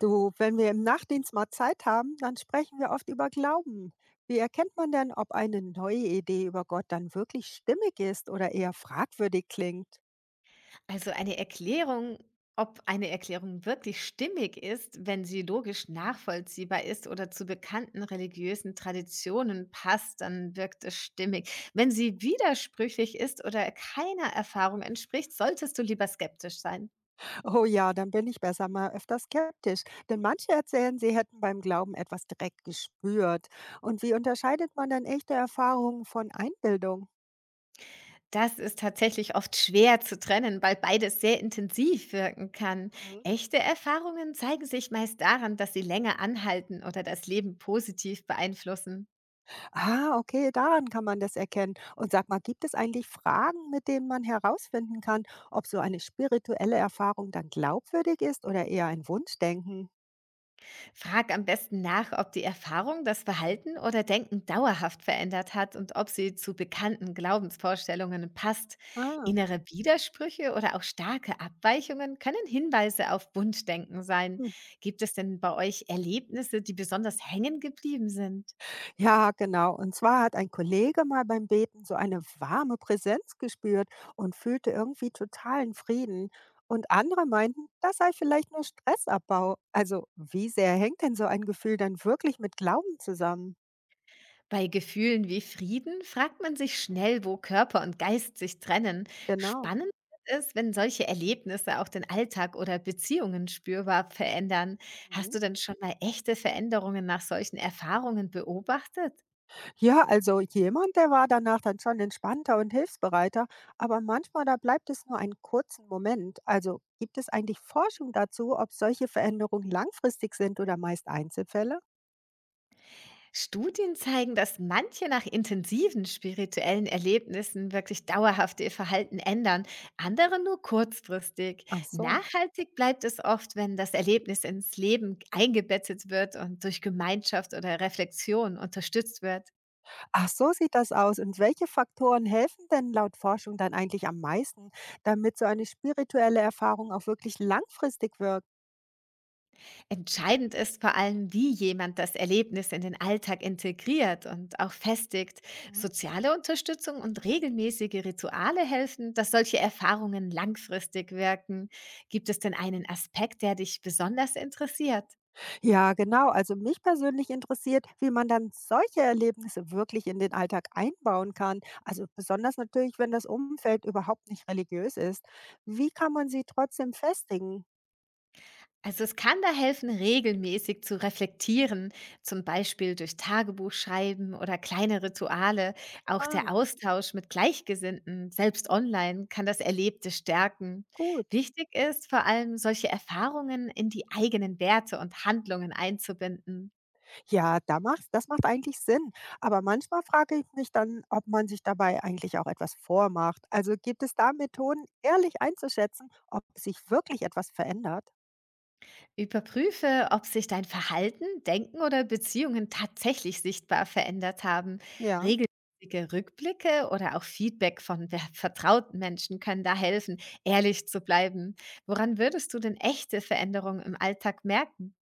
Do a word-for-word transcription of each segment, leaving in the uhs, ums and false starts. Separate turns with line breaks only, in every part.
Du, wenn wir im Nachtdienst mal Zeit haben, dann sprechen wir oft über Glauben. Wie erkennt man denn, ob eine neue Idee über Gott dann wirklich stimmig ist oder eher fragwürdig klingt?
Also eine Erklärung, ob eine Erklärung wirklich stimmig ist, wenn sie logisch nachvollziehbar ist oder zu bekannten religiösen Traditionen passt, dann wirkt es stimmig. Wenn sie widersprüchlich ist oder keiner Erfahrung entspricht, solltest du lieber skeptisch sein.
Oh ja, dann bin ich besser mal öfter skeptisch, denn manche erzählen, sie hätten beim Glauben etwas direkt gespürt. Und wie unterscheidet man denn echte Erfahrungen von Einbildung?
Das ist tatsächlich oft schwer zu trennen, weil beides sehr intensiv wirken kann. Echte Erfahrungen zeigen sich meist daran, dass sie länger anhalten oder das Leben positiv beeinflussen.
Ah, okay, daran kann man das erkennen. Und sag mal, gibt es eigentlich Fragen, mit denen man herausfinden kann, ob so eine spirituelle Erfahrung dann glaubwürdig ist oder eher ein Wunschdenken?
Frag am besten nach, ob die Erfahrung das Verhalten oder Denken dauerhaft verändert hat und ob sie zu bekannten Glaubensvorstellungen passt.
Ah.
Innere Widersprüche oder auch starke Abweichungen können Hinweise auf Wunschdenken sein.
Hm.
Gibt es denn bei euch Erlebnisse, die besonders hängen geblieben sind?
Ja, genau. Und zwar hat ein Kollege mal beim Beten so eine warme Präsenz gespürt und fühlte irgendwie totalen Frieden. Und andere meinten, das sei vielleicht nur Stressabbau. Also wie sehr hängt denn so ein Gefühl dann wirklich mit Glauben zusammen?
Bei Gefühlen wie Frieden fragt man sich schnell, wo Körper und Geist sich trennen.
Genau.
Spannend ist, wenn solche Erlebnisse auch den Alltag oder Beziehungen spürbar verändern. Hast
Mhm.
du denn schon mal echte Veränderungen nach solchen Erfahrungen beobachtet?
Ja, also jemand, der war danach dann schon entspannter und hilfsbereiter, aber manchmal da bleibt es nur einen kurzen Moment. Also gibt es eigentlich Forschung dazu, ob solche Veränderungen langfristig sind oder meist Einzelfälle?
Studien zeigen, dass manche nach intensiven spirituellen Erlebnissen wirklich dauerhaft ihr Verhalten ändern, andere nur kurzfristig.
Ach so.
Nachhaltig bleibt es oft, wenn das Erlebnis ins Leben eingebettet wird und durch Gemeinschaft oder Reflexion unterstützt wird.
Ach so sieht das aus. Und welche Faktoren helfen denn laut Forschung dann eigentlich am meisten, damit so eine spirituelle Erfahrung auch wirklich langfristig wirkt?
Entscheidend ist vor allem, wie jemand das Erlebnis in den Alltag integriert und auch festigt.
Hm?
Soziale Unterstützung und regelmäßige Rituale helfen, dass solche Erfahrungen langfristig wirken. Gibt es denn einen Aspekt, der dich besonders interessiert?
Ja, genau. Also mich persönlich interessiert, wie man dann solche Erlebnisse wirklich in den Alltag einbauen kann. Also besonders natürlich, wenn das Umfeld überhaupt nicht religiös ist. Wie kann man sie trotzdem festigen?
Also es kann da helfen, regelmäßig zu reflektieren, zum Beispiel durch Tagebuchschreiben oder kleine Rituale. Auch
Ah,
der Austausch mit Gleichgesinnten, selbst online, kann das Erlebte stärken.
gut.
Wichtig ist vor allem, solche Erfahrungen in die eigenen Werte und Handlungen einzubinden.
Ja, da macht, das macht eigentlich Sinn. Aber manchmal frage ich mich dann, ob man sich dabei eigentlich auch etwas vormacht. Also gibt es da Methoden, ehrlich einzuschätzen, ob sich wirklich etwas verändert?
Überprüfe, ob sich dein Verhalten, Denken oder Beziehungen tatsächlich sichtbar verändert haben.
Ja.
Regelmäßige Rückblicke oder auch Feedback von ver- vertrauten Menschen können da helfen, ehrlich zu bleiben. Woran würdest du denn echte Veränderungen im Alltag merken?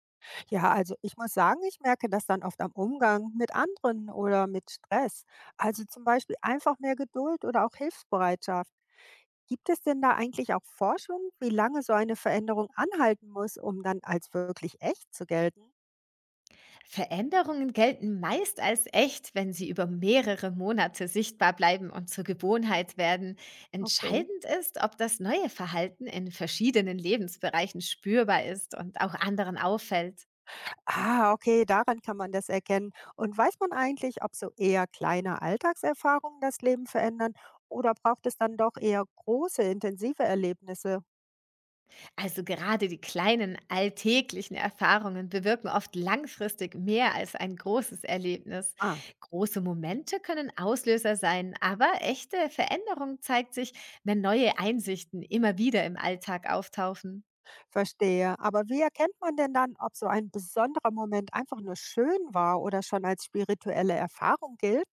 Ja, also ich muss sagen, ich merke das dann oft am Umgang mit anderen oder mit Stress. Also zum Beispiel einfach mehr Geduld oder auch Hilfsbereitschaft. Gibt es denn da eigentlich auch Forschung, wie lange so eine Veränderung anhalten muss, um dann als wirklich echt zu gelten?
Veränderungen gelten meist als echt, wenn sie über mehrere Monate sichtbar bleiben und zur Gewohnheit werden.
Okay.
Entscheidend ist, ob das neue Verhalten in verschiedenen Lebensbereichen spürbar ist und auch anderen auffällt.
Ah, okay, daran kann man das erkennen. Und weiß man eigentlich, ob so eher kleine Alltagserfahrungen das Leben verändern oder braucht es dann doch eher große, intensive Erlebnisse?
Also gerade die kleinen alltäglichen Erfahrungen bewirken oft langfristig mehr als ein großes Erlebnis.
Ah,
Große Momente können Auslöser sein, aber echte Veränderung zeigt sich, wenn neue Einsichten immer wieder im Alltag auftauchen.
verstehe. Aber wie erkennt man denn dann, ob so ein besonderer Moment einfach nur schön war oder schon als spirituelle Erfahrung gilt?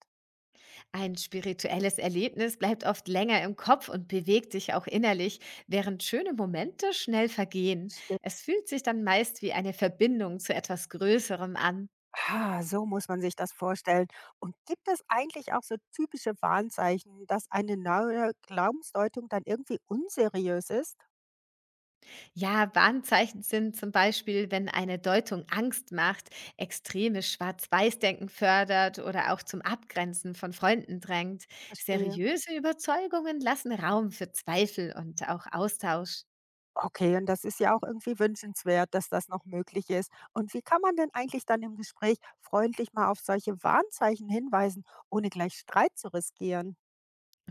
Ein spirituelles Erlebnis bleibt oft länger im Kopf und bewegt dich auch innerlich, während schöne Momente schnell vergehen.
Stimmt.
Es fühlt sich dann meist wie eine Verbindung zu etwas Größerem an.
Ah, so muss man sich das vorstellen. Und gibt es eigentlich auch so typische Warnzeichen, dass eine neue Glaubensdeutung dann irgendwie unseriös ist?
Ja, Warnzeichen sind zum Beispiel, wenn eine Deutung Angst macht, extremes Schwarz-Weiß-Denken fördert oder auch zum Abgrenzen von Freunden drängt.
Verstehe.
Seriöse Überzeugungen lassen Raum für Zweifel und auch Austausch.
Okay, und das ist ja auch irgendwie wünschenswert, dass das noch möglich ist. Und wie kann man denn eigentlich dann im Gespräch freundlich mal auf solche Warnzeichen hinweisen, ohne gleich Streit zu riskieren?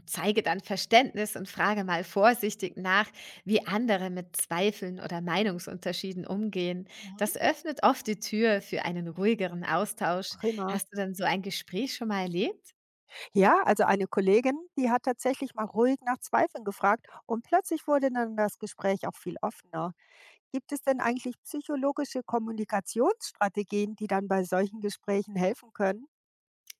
Zeige dann Verständnis und frage mal vorsichtig nach, wie andere mit Zweifeln oder Meinungsunterschieden umgehen.
Mhm.
Das öffnet oft die Tür für einen ruhigeren Austausch.
Prima.
Hast du dann so ein Gespräch schon mal erlebt?
Ja, also eine Kollegin, die hat tatsächlich mal ruhig nach Zweifeln gefragt und plötzlich wurde dann das Gespräch auch viel offener. Gibt es denn eigentlich psychologische Kommunikationsstrategien, die dann bei solchen Gesprächen helfen können?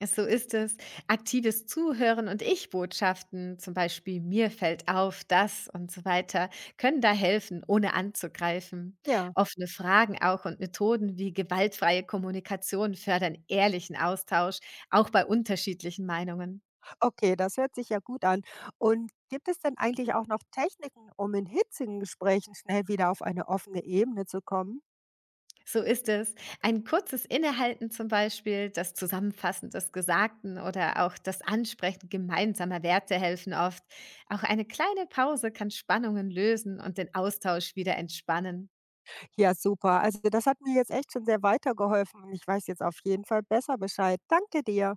Ja, so ist es. Aktives Zuhören und Ich-Botschaften, zum Beispiel mir fällt auf das und so weiter, können da helfen, ohne anzugreifen.
Ja,
Offene Fragen auch und Methoden wie gewaltfreie Kommunikation fördern ehrlichen Austausch, auch bei unterschiedlichen Meinungen.
okay, das hört sich ja gut an. Und gibt es denn eigentlich auch noch Techniken, um in hitzigen Gesprächen schnell wieder auf eine offene Ebene zu kommen?
So ist es. Ein kurzes Innehalten zum Beispiel, das Zusammenfassen des Gesagten oder auch das Ansprechen gemeinsamer Werte helfen oft. Auch eine kleine Pause kann Spannungen lösen und den Austausch wieder entspannen.
Ja, super. Also das hat mir jetzt echt schon sehr weitergeholfen und ich weiß jetzt auf jeden Fall besser Bescheid. Danke dir.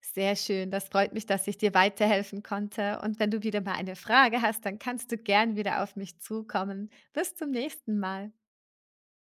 Sehr schön, das freut mich, dass ich dir weiterhelfen konnte. Und wenn du wieder mal eine Frage hast, dann kannst du gern wieder auf mich zukommen. Bis zum nächsten Mal.